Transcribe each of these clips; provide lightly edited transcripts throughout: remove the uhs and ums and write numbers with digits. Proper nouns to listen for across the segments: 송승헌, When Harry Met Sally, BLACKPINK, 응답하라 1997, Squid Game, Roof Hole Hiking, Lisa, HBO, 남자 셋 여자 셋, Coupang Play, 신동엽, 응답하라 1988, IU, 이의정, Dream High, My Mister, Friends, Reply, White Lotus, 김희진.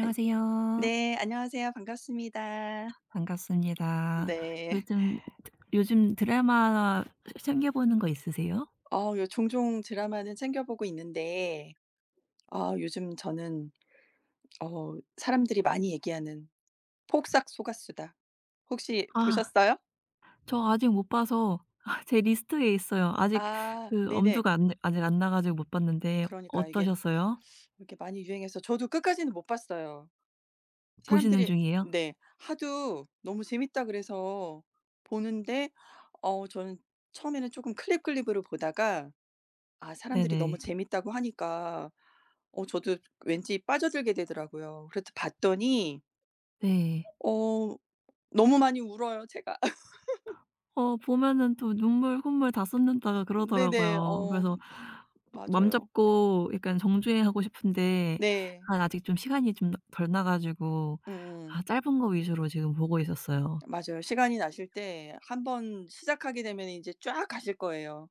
안 네, 안녕하세요. 반갑습니다. 반갑습니다. 네. 요즘 요즘 드라마 챙겨 보는 거 있으세요? 요 종종 드라마는 챙겨 보고 있는데 아, 요즘 저는 사람들이 많이 얘기하는 폭삭 속았수다 혹시 아, 보셨어요? 저 아직 못 봐서 제 리스트에 있어요. 아직 아, 그 네네. 엄두가 안 아직 안 나 가지고 못 봤는데 그러니까 이게 어떠셨어요? 이렇게 많이 유행해서 저도 끝까지는 못 봤어요. 보시는 사람들이 중이에요? 네, 하도 너무 재밌다 그래서 보는데 저는 처음에는 조금 클립으로 보다가 아, 사람들이 너무 네네. 재밌다고 하니까 저도 왠지 빠져들게 되더라고요. 그래서 봤더니 네. 어 너무 많이 울어요 제가. 어, 보면은 또 눈물 콧물 다 쏟는다 네네. 그러더라고요. 어 그래서 맘 맞아요. 잡고 약간 정주행하고 싶은데, 네. 아 아직 좀 시간이 좀 덜 나 가지고 음 음. 아 짧은 거 위주로 지금 보고 있었어요. 맞아요. 시간이 나실 때 한번 시작하게 되면 이제 쫙 가실 거예요.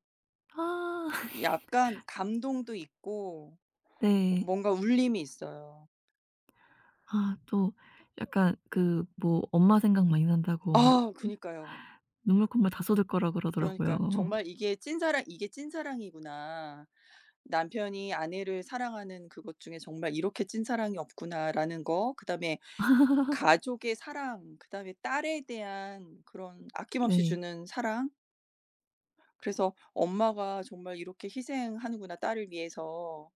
아. 약간 감동도 있고 네. 뭔가 울림이 있어요. 아 또 약간 그 뭐 엄마 생각 많이 난다고 막 아 그니까요. 눈물 콧물 다 쏟을 거라 그러니까 그러더라고요. 정말 이게 찐사랑, 이게 찐사랑이구나. 남편이 아내를 사랑하는 그것 중에 정말 이렇게 찐사랑이 없구나라는 거 그다음에 가족의 사랑, 그다음에 딸에 대한 그런 아낌없이 네. 주는 사랑. 그래서 '엄마가 정말 이렇게 희생하는구나, 딸을 위해서.'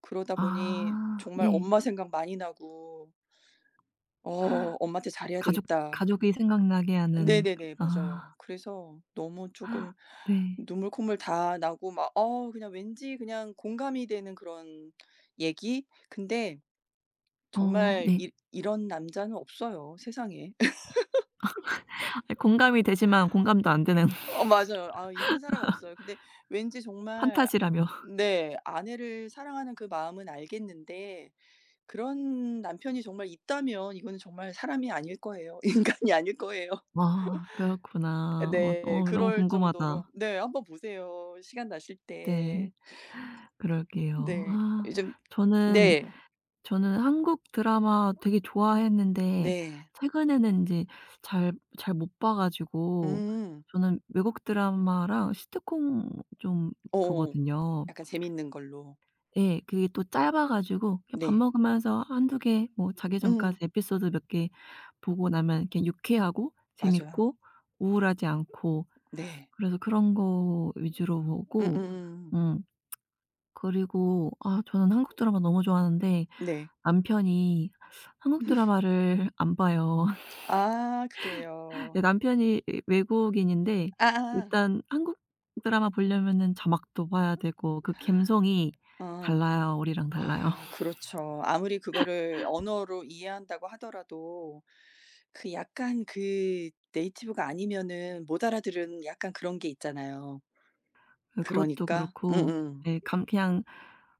그러다 보니 아 정말 네. 엄마 생각 많이 나고 '어 엄마한테 잘해야 가족 되겠다.' 가족이 생각나게 하는. 네네네. 맞아요. 아 그래서 너무 조금 네. 눈물 콧물 다 나고 막 그냥 왠지 그냥 공감이 되는 그런 얘기? 근데 어 정말 네. 이 이런 남자는 없어요 세상에. 예, 공감이 되지만 공감도 안 되는. 어 맞아요. 아 이런 사람 없어요. 근데 왠지 정말 판타지라며. 네 아내를 사랑하는 그 마음은 알겠는데 그런 남편이 정말 있다면 이거는 정말 사람이 아닐 거예요. 인간이 아닐 거예요. 아 그렇구나. 어 네. 어 너무 그럴 정도로 궁금하다. 네 한번 보세요, 시간 나실 때. 네. 그럴게요. 네. 아 요즘. 저는 네. 저는 한국 드라마 되게 좋아했는데 네. 최근에는 이제 잘 못 봐 가지고 음. 저는 외국 드라마랑 시트콤 좀 어 보거든요. 약간 재밌는 걸로. 예. 그게 또 짧아 가지고 그냥 밥 네. 먹으면서 한두 개 뭐 자기 전까지 음. 에피소드 몇 개 보고 나면 이렇게 유쾌하고 맞아요. 재밌고 우울하지 않고. 네. 그래서 그런 거 위주로 보고. 음음음. 음 그리고 아 저는 한국 드라마 너무 좋아하는데 네. 남편이 한국 드라마를 안 봐요. 아 예, 그래요. 남편이 이 외국인인데 아아. 일단 한국 드라마 보려면은 자막도 봐야 되고 그 감성이 아. 달라요. 우리랑 달라요. 아 그렇죠. 아무리 그거를 언어로 이해한다고 하더라도 그 약간 그 네이티브가 아니면은 못 알아들은 약간 그런 게 있잖아요. 예 그것도 그러니까 그렇고 음음. 예, 감 그냥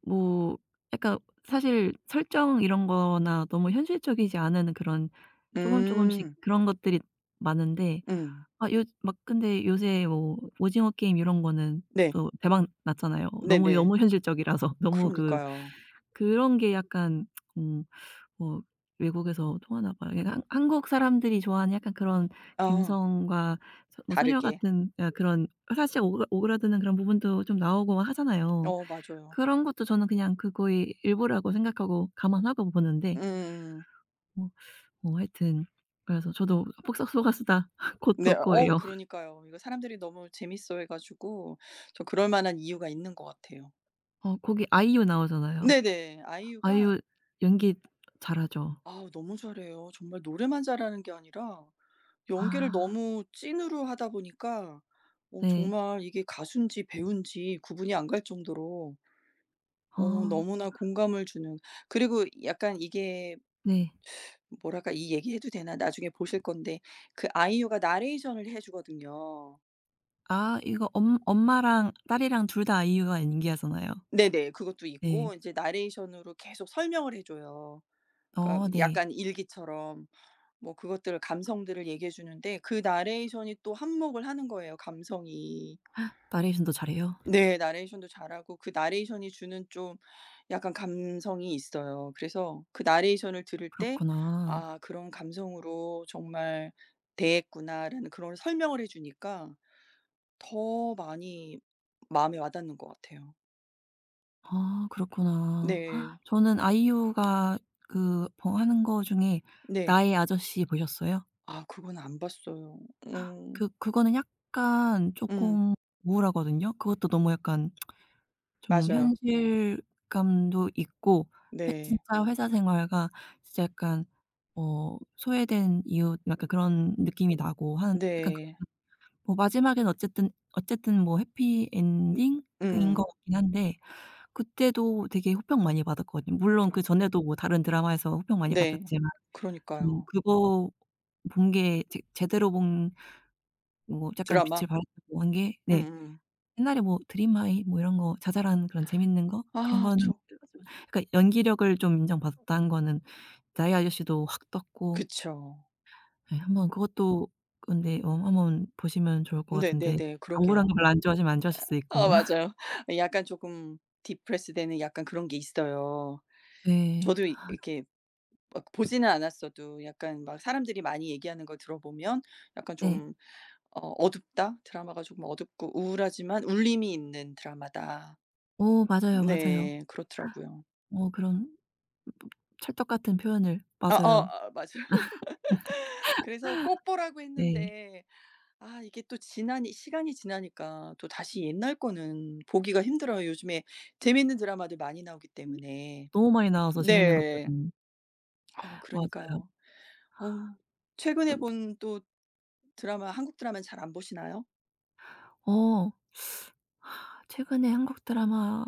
뭐 약간, 사실 설정 이런 거나 너무 현실적이지 않은 그런 음. 조금조금씩 음. 그런 것들이 많은데 음, 아 요 막 근데 요새 뭐 오징어 게임 이런 거는 네. 또 대박 났잖아요. 너무, 네네. 너무 현실적이라서. 너무 그 그러니까요. 그런 게 약간 음 뭐 외국에서 통하나 봐요. 그러니까 한 한국 사람들이 좋아하는 약간 그런 아 갬성과 소 뭐 소녀 다르게. 같은 아, 그런, 사실 오그라드는 그런 부분도 좀 나오고 하잖아요. 어 맞아요. 그런 것도 저는 그냥 그거의 일부라고 생각하고 감안하고 보는데 음. 뭐 뭐 하여튼. 그래서 저도 '폭삭 소가수다.' 곧 네. 볼 어 거예요. 그러니까요. 이거 사람들이 너무 재밌어 해 가지고 저 그럴 만한 이유가 있는 것 같아요. 어, 거기 아이유 나오잖아요. 네네. 아이유가 아이유 연기 잘하죠. 아 너무 잘해요. 정말 노래만 잘하는 게 아니라 연기를 아. 너무 찐으로 하다 보니까 네. 정말 이게 가수인지 배우인지 구분이 안 갈 정도로 어 아. 너무나 공감을 주는. 그리고 약간 이게 네. 뭐랄까, 이 얘기해도 되나? 나중에 보실 건데 그 아이유가 나레이션을 해 주거든요. 아, 이거 엄 엄마랑 딸이랑 둘 다 아이유가 인기가잖아요. 네네. 그것도 있고 네. 이제 나레이션으로 계속 설명을 해 줘요. 그러니까 어 네. 약간 일기처럼. 뭐 그것들을 감성들을 얘기해 주는데 그 나레이션이 또 한몫을 하는 거예요 감성이. 나레이션도 잘해요? 네. 나레이션도 잘하고 그 나레이션이 주는 좀 약간 감성이 있어요. 그래서 그 나레이션을 들을 때 그렇구나. '아 그런 감성으로 정말 대했구나.'라는 그런 설명을 해 주니까 더 많이 마음에 와 닿는 것 같아요. 아 그렇구나. 네. 저는 아이유가 그 뭐 하는 거 중에 네. 나의 아저씨 보셨어요? 아 그건 안 봤어요. 음. 그 그거는 약간 음. 쪼끔 우울하거든요. 그것도 너무 약간 좀 맞아요. 현실감도 있고 회 네. 진짜 회사 생활과 진짜 약간 어 소외된 이웃 약간 그런 느낌이 나고 한 약간 그 네. 뭐 마지막엔 어쨌든 뭐 해피 음 엔딩인 것 음. 같긴 한데 그때도 되게 호평 많이 받았거든요. 물론 아. 그전에도 뭐 다른 드라마에서 호평 많이 네. 받았지만 저는 그러니까요. 그거 본 게 제 제대로 본 뭐 약간 드라마? 빛을 발했다고 한 게 네. 음음. 옛날에 뭐 드림 하이 뭐 이런 거 자잘한 그런 재밌는 거 그런 아 거는 저 그러니까 연기력을 좀 인정받았다는 거는 나이 아저씨도 확 떴고 그쵸. 예. 한번 어 그것도 근데 어 한번 보시면 좋을 것 같은데 네네네. 약간 우울한 그러게요. 거 별로 안 좋아하시면 안 좋아하실 수도 어 있고. 맞아요. 약간 조금 디프레스 되는 약간 그런 게 있어요. 네. 저도 이 이렇게 막 보지는 않았어도 약간 막 사람들이 많이 얘기하는 걸 들어보면 약간 네. 좀 어 어둡다. 드라마가 조금 어둡고 우울하지만 울림이 있는 드라마다. 어 맞아요, 맞아요. 네. 그렇더라고요. 어 그런 찰떡 같은 표현을. 아 어, 맞아요. 아 맞아요. 그래서 꼭 보라고 네. 했는데 아 이게 또 지나니 시간이 지나니까 또 다시 옛날 거는 보기가 힘들어요. 요즘에 재밌는 드라마들 많이 나오기 때문에. 너무 많이 나와서 재밌는 네. 것들은. 아 맞아요. 그러니까요. 어 최근에 음 본 또 드라마, 한국 드라마는 잘 안 보시나요? 어, 최근에 한국 드라마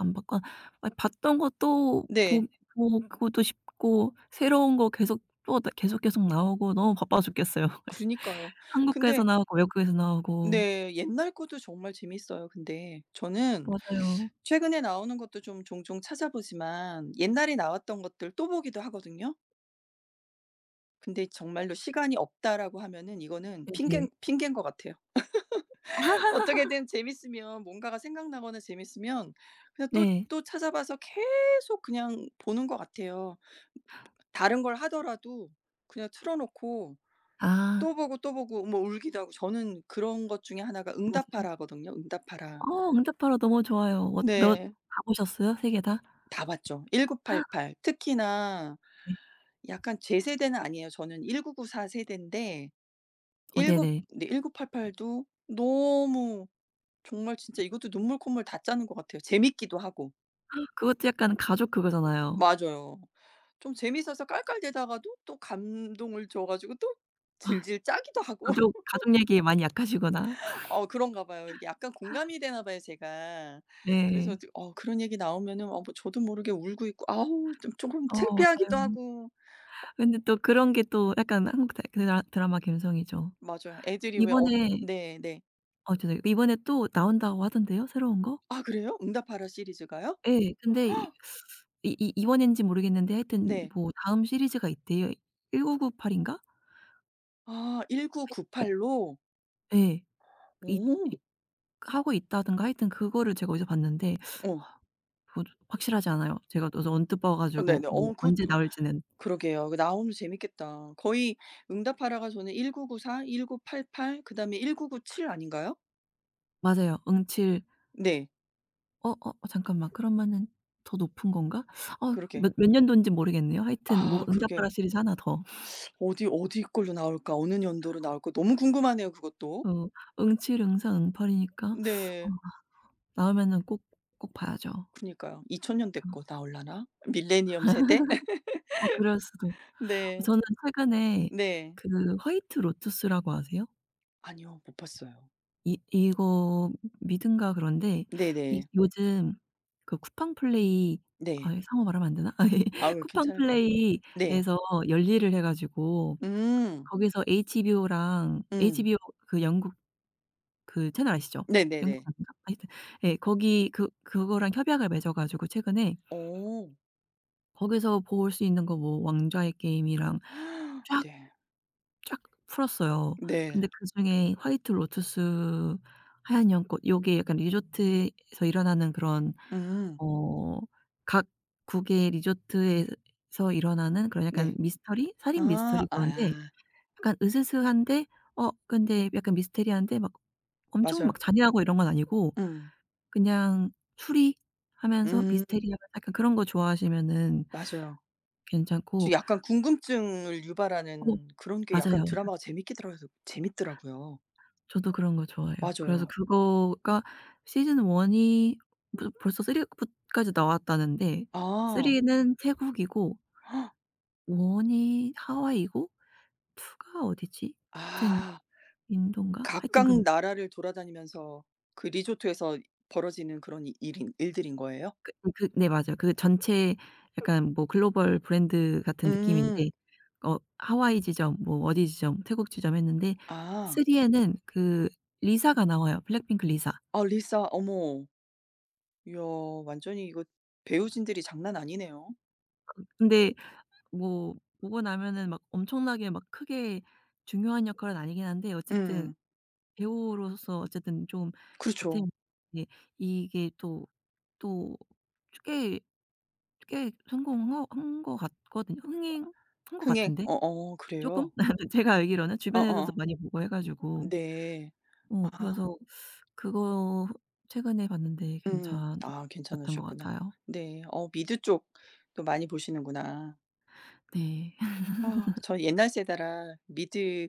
안 봤거나 아니 봤던 거 또 보 네. 보고도 싶고 새로운 거 계속 또 나 계속 나오고 너무 바빠 죽겠어요. 그래서 그러니까요. 한국에서 근데 나오고 외국에서 나오고. 네 옛날 것도 정말 재밌어요. 근데 저는 맞아요. 최근에 나오는 것도 좀 종종 찾아보지만 옛날에 나왔던 것들 또 보기도 하거든요. 근데 정말로 시간이 없다라고 하면은 이거는 핑계 네네. 핑계인 것 같아요. 어떻게든 재밌으면 뭔가가 생각나거나 재밌으면 그냥 또 네. 또 찾아봐서 계속 그냥 보는 것 같아요. 다른 걸 하더라도 그냥 틀어 놓고 아 또 보고, 또 보고 뭐 울기도 하고. 저는 그런 것 중에 하나가 맞아요. 응답하라거든요, 응답하라. 어 응답하라 너무 좋아요. 어 몇 네. 다 보셨어요? 세 개 다? 다 봤죠. 1988 특히나 네. 약간 제 세대는 아니에요. 저는 1994 세대인데 어 일구 네네. 네1988도 너무 정말 진짜 이것도 눈물 콧물 다 짜는 것 같아요. 재밌기도 하고. 그것도 약간 가족 그거잖아요. 맞아요. 좀 재밌어서 깔깔대다가도 또 감동을 줘 가지고 또 아, 질질 짜기도 하고. 가족 가족 얘기에 많이 약하시구나. 어 그런가 봐요. 이게 약간 공감이 되나 봐요 제가. 그래서 네. 지- 그런 얘기 나오면은 어뭐 저도 모르게 울고 있고 아우, 좀 조금 어 창피하기도 맞아요. 하고. 어 근데 또 그런 게 또 약간 한국 다 드라마 감성이죠. 맞아요. 애들이 왜 어 이번에 네네. 어 죄송해요. 이번에 또 나온다고 하던데요, 새로운 거? 아 그래요? 응답하라 시리즈가요? 예. 근데 이 이 이번인지 모르겠는데 하여튼 네. 뭐 다음 시리즈가 있대요. 1998 인가? 아 하 1998 로? 예. 이 오 이 하고 있다든가 하여튼 그거를 제가 어디서 봤는데 어. 그 확실하지 않아요. 제가 그래서 언뜻 봐 가지고 네네. 뭐 어 그거 언제 나올지는. 그러게요. 그 나오면 재밌겠다. 거의 응답하라가 저는 1994, 1988 그다음에 1997 아닌가요? 맞아요. 응칠. 네. 어 어 잠깐만, 그러면은 더 높은 건가? 어 그렇게 몇 년도인지 모르겠네요. 하여튼 뭐 아 그러게. 응답하라 시리즈 하나 더. 어디 어디 걸로 나올까? 어느 연도로 나올까? 너무 궁금하네요 그것도. 어, 응칠, 응사, 응팔이니까 어 네. 나오면은 꼭 봐야죠. 그니까요. 2000 년대 거 나올라나? 밀레니엄 세대? 어 그럴 수도. 네. 저는 최근에 네. 그 화이트 로투스라고 아세요? 아니요. 못 봤어요. 이 이거 미든가 그런데 이 네네. 요즘 그 쿠팡 플레이 아 네. 상호 말하면 안 되나? 아 예. 아우 쿠팡 괜찮을 거야. 네. 플레이에서 열일을 해 가지고 음. 거기서 HBO랑 음. HBO 그 영국 그 채널 아시죠? 영국 네네네. 아닌가? 하여튼 예. 거기 그 그거랑 협약을 맺어 가지고 최근에 오. 거기서 볼 수 있는 거 뭐 왕좌의 게임이랑 쫙 네. 쫙 풀었어요. 네. 근데 그중에 화이트 로투스, 하얀 연꽃 요게 약간 리조트에서 일어나는 그런 음. 어 각 국의 리조트에서 일어나는 그런 약간 네. 미스터리? 살인 아. 미스터리 그건데 아. 약간 으스스한데 어 근데 약간 미스테리한데 막 엄청 맞아요. 막 잔인하고 이런 건 아니고 음. 그냥 추리하면서 음. 미스테리하면서 약간 그런 거 좋아하시면은 맞아요. 저 괜찮고 약간 궁금증을 어 유발하는 그런 게 맞아요, 약간 맞아요. 드라마가 재밌기더라 재밌더라고요. 저도 그런 거 좋아해요. 그래서 맞아요. 그거가 시즌 1 이 부 벌써 3 부 까지 나왔다는데 3 아. 는 태국이고 헉, 1이 하와이고 2가 어디지? 하여튼 아. 인도인가? 하여튼 그 각각 나라를 돌아다니면서 그 리조트에서 벌어지는 그런 이 일인 일들인 거예요? 그 그 네 맞아요. 그 전체 약간 뭐 글로벌 브랜드 같은 음. 느낌인데 어 하와이 지점 뭐 어디 지점 태국 지점 했는데 아. 3 에는 그 리사가 나와요. 블랙핑크 리사. 아 리사 어머. 이야 완전히 이거 배우진들이 장난 아니네요. 근데 뭐 보고 나면은 막 엄청나게 막 크게 중요한 역할은 아니긴 한데 어쨌든 음. 배우로서 어쨌든 좀 보탬이. 그렇죠. 예, 이게 또 꽤 꽤 성공한 것 같거든요. 흥행한 것 흥행. 같은데 어어. 쪼금? 그래요? 제가 알기로는 주변에서도 어어. 많이 보고 해 가지고. 네. 어 아. 그래서 그거 최근에 봤는데 음. 아 괜찮았던 것 괜찮으셨구나. 같아요. 네. 어 미드 쪽도 많이 보시는구나. 네. 아 저 옛날 세대라 미드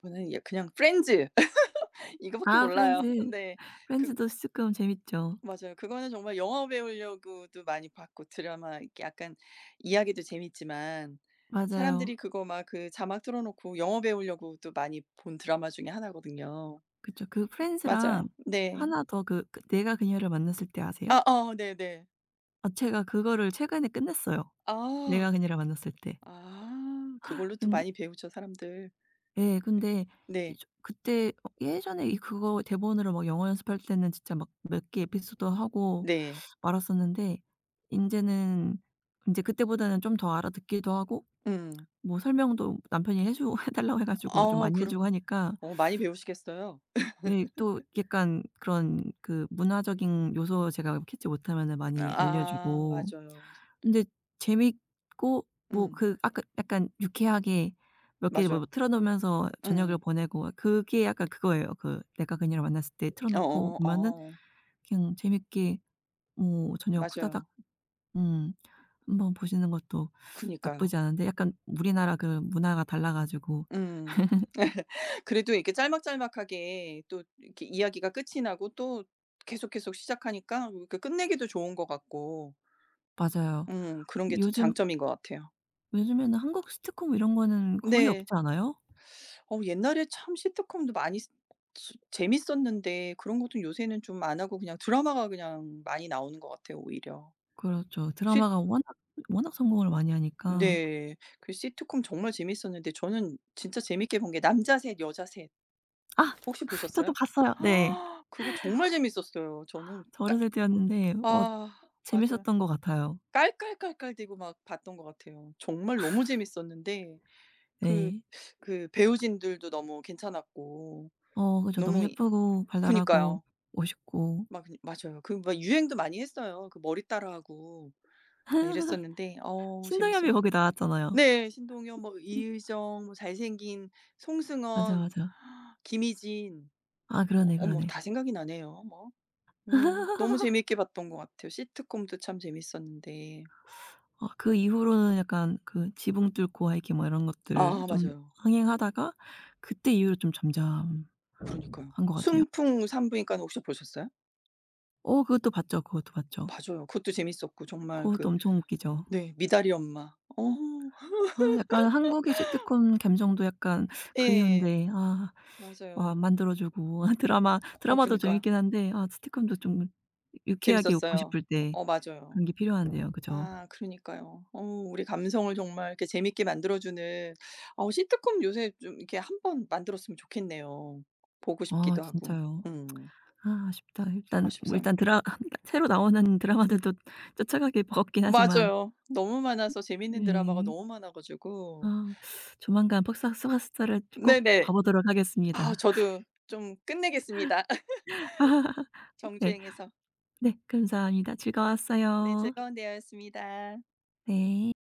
보는 예 그냥 프렌즈 이거밖에 아 몰라요. 프렌즈. 네. 그 프렌즈도 조금 재밌죠. 맞아요. 그거는 정말 영어 배우려고도 많이 봤고 드라마 이렇게 약간 이야기도 재밌지만 맞아요. 사람들이 그거 막 그 자막 틀어 놓고 영어 배우려고도 많이 본 드라마 중에 하나거든요. 그쵸. 그 프렌즈랑 맞아요. 네. 하나 더 그 내가 그녀를 만났을 때 아세요? 아어 네네. 아 제가 그거를 최근에 끝냈어요. 아. 내가 그녀를 만났을 때. 아 그걸로 또 근데 많이 배우죠 사람들. 예 근데 이 네. 저 그때 어 예전에 이 그거 대본으로 막 영어 연습할 때는 진짜 막 몇 개 에피소드 하고 네. 말았었는데 인제는 인제 그때보다는 좀 더 알아듣기도 하고 음. 뭐 설명도 남편이 해주 해 달라고 해 가지고 좀 아 많이 해 그럼 주고 하니까 많이 배우시겠어요. 예. 또 약간 그런 그 문화적인 요소 제가 캐치 못하면은 많이 알려 아 주고 맞아요. 근데 재밌고 뭐 음 그 아까 약간 유쾌하게 몇 개 뭐 맞아요. 틀어 놓으면서 저녁을 음. 보내고 그게 약간 그거예요. 그 내가 그녀를 만났을 때 틀어 어어 놓고 어. 보면은 어, 그냥 재밌게 뭐 저녁 후다닥 맞아요. 음 한번 보시는 것도 그니까요. 나쁘지 않은데 약간 우리나라 그 문화가 달라 가지고 음. 그래도 이렇게 짤막짤막하게 또 이렇게 이야기가 끝이 나고 또 계속, 계속 시작하니까 그 끝내기도 좋은 것 같고 맞아요. 그런 게 좀 요즘 장점인 것 같아요. 요즘에는 한국 시트콤 이런 거는 거의 네. 없지 않아요? 어 옛날에 참 시트콤도 많이 쓰- 수- 재밌었는데 그런 것도 요새는 좀 안 하고 그냥 드라마가 그냥 많이 나오는 것 같아요 오히려. 그렇죠. 시 드라마가 워낙 성공을 많이 하니까. 네. 그 시트콤 정말 재밌었는데 저는 진짜 재밌게 본 게 남자 셋 여자 셋, 아. 혹시 저도 보셨어요? 봤어요. 네. 아 그거 정말 재밌었어요. 저는 저 깔 어렸을 때였는데 어 아 맞아요. 재밌었던 것 같아요. 깔깔깔깔대고 막 봤던 것 같아요. 정말 너무 재밌었는데 그 네. 그 배우진들도 너무 괜찮았고 어 그죠. 너무 너무 이 예쁘고 발랄하고 그니까요. 멋있고. 막 그 맞아요. 그 막 유행도 많이 했어요. 그 머리 따라하고 막 이랬었는데 어 신동엽이 재밌었 거기 나왔잖아요. 네. 신동엽 뭐 이의정 뭐 잘생긴 맞아, 송승헌 맞아. 김희진 아 뭐 그러네, 어머 그러네. 다 생각이 나네요 뭐. 너무 재미있게 봤던 것 같아요. 시트콤도 참 재밌었는데. 어 그 이후로는 약간 그 지붕 뚫고 하이킹 뭐 이런 것들 아 좀 맞아요. 흥행하다가 그때 이후로 좀 잠잠한 그러니까요. 것 같아요. 순풍 산부인과는 혹시 보셨어요? 어 그것도 봤죠. 그것도 봤죠. 맞아요. 그것도 재밌었고 정말 그것도 그 엄청 웃기죠. 네 미다리 엄마. 어 아 약간 한국의 시트콤 감성도 약간 예. 그리운데 아 아 맞아요. 만들어 주고 드라마 어 드라마도 그니까요. 재밌긴 한데 아 시트콤도 좀 유쾌하게 웃고 재밌었어요. 싶을 때 어 맞아요. 그런 게 필요한데요. 그죠? 아 그러니까요. 어 우리 감성을 정말 이렇게 재밌게 만들어 주는 시트콤 요새 좀 이렇게 한 번 만들었으면 좋겠네요. 보고 아 싶기도 하고. 진짜요. 아 아쉽다. 일단 뭐 아쉽어요. 일단 드라 새로 나오는 드라마들도 쫓아가기 버겁긴 하지만 맞아요. 너무 많아서 재밌는 드라마가 네. 너무 많아 가지고. 아 조만간 폭싹 속았수다를 꼭 봐 네네. 보도록 아 하겠습니다. 저도 좀 끝내겠습니다 정주 네. 행에서 네 감사합니다. 네 즐거웠어요. 즐거운 대화였습니다. 네.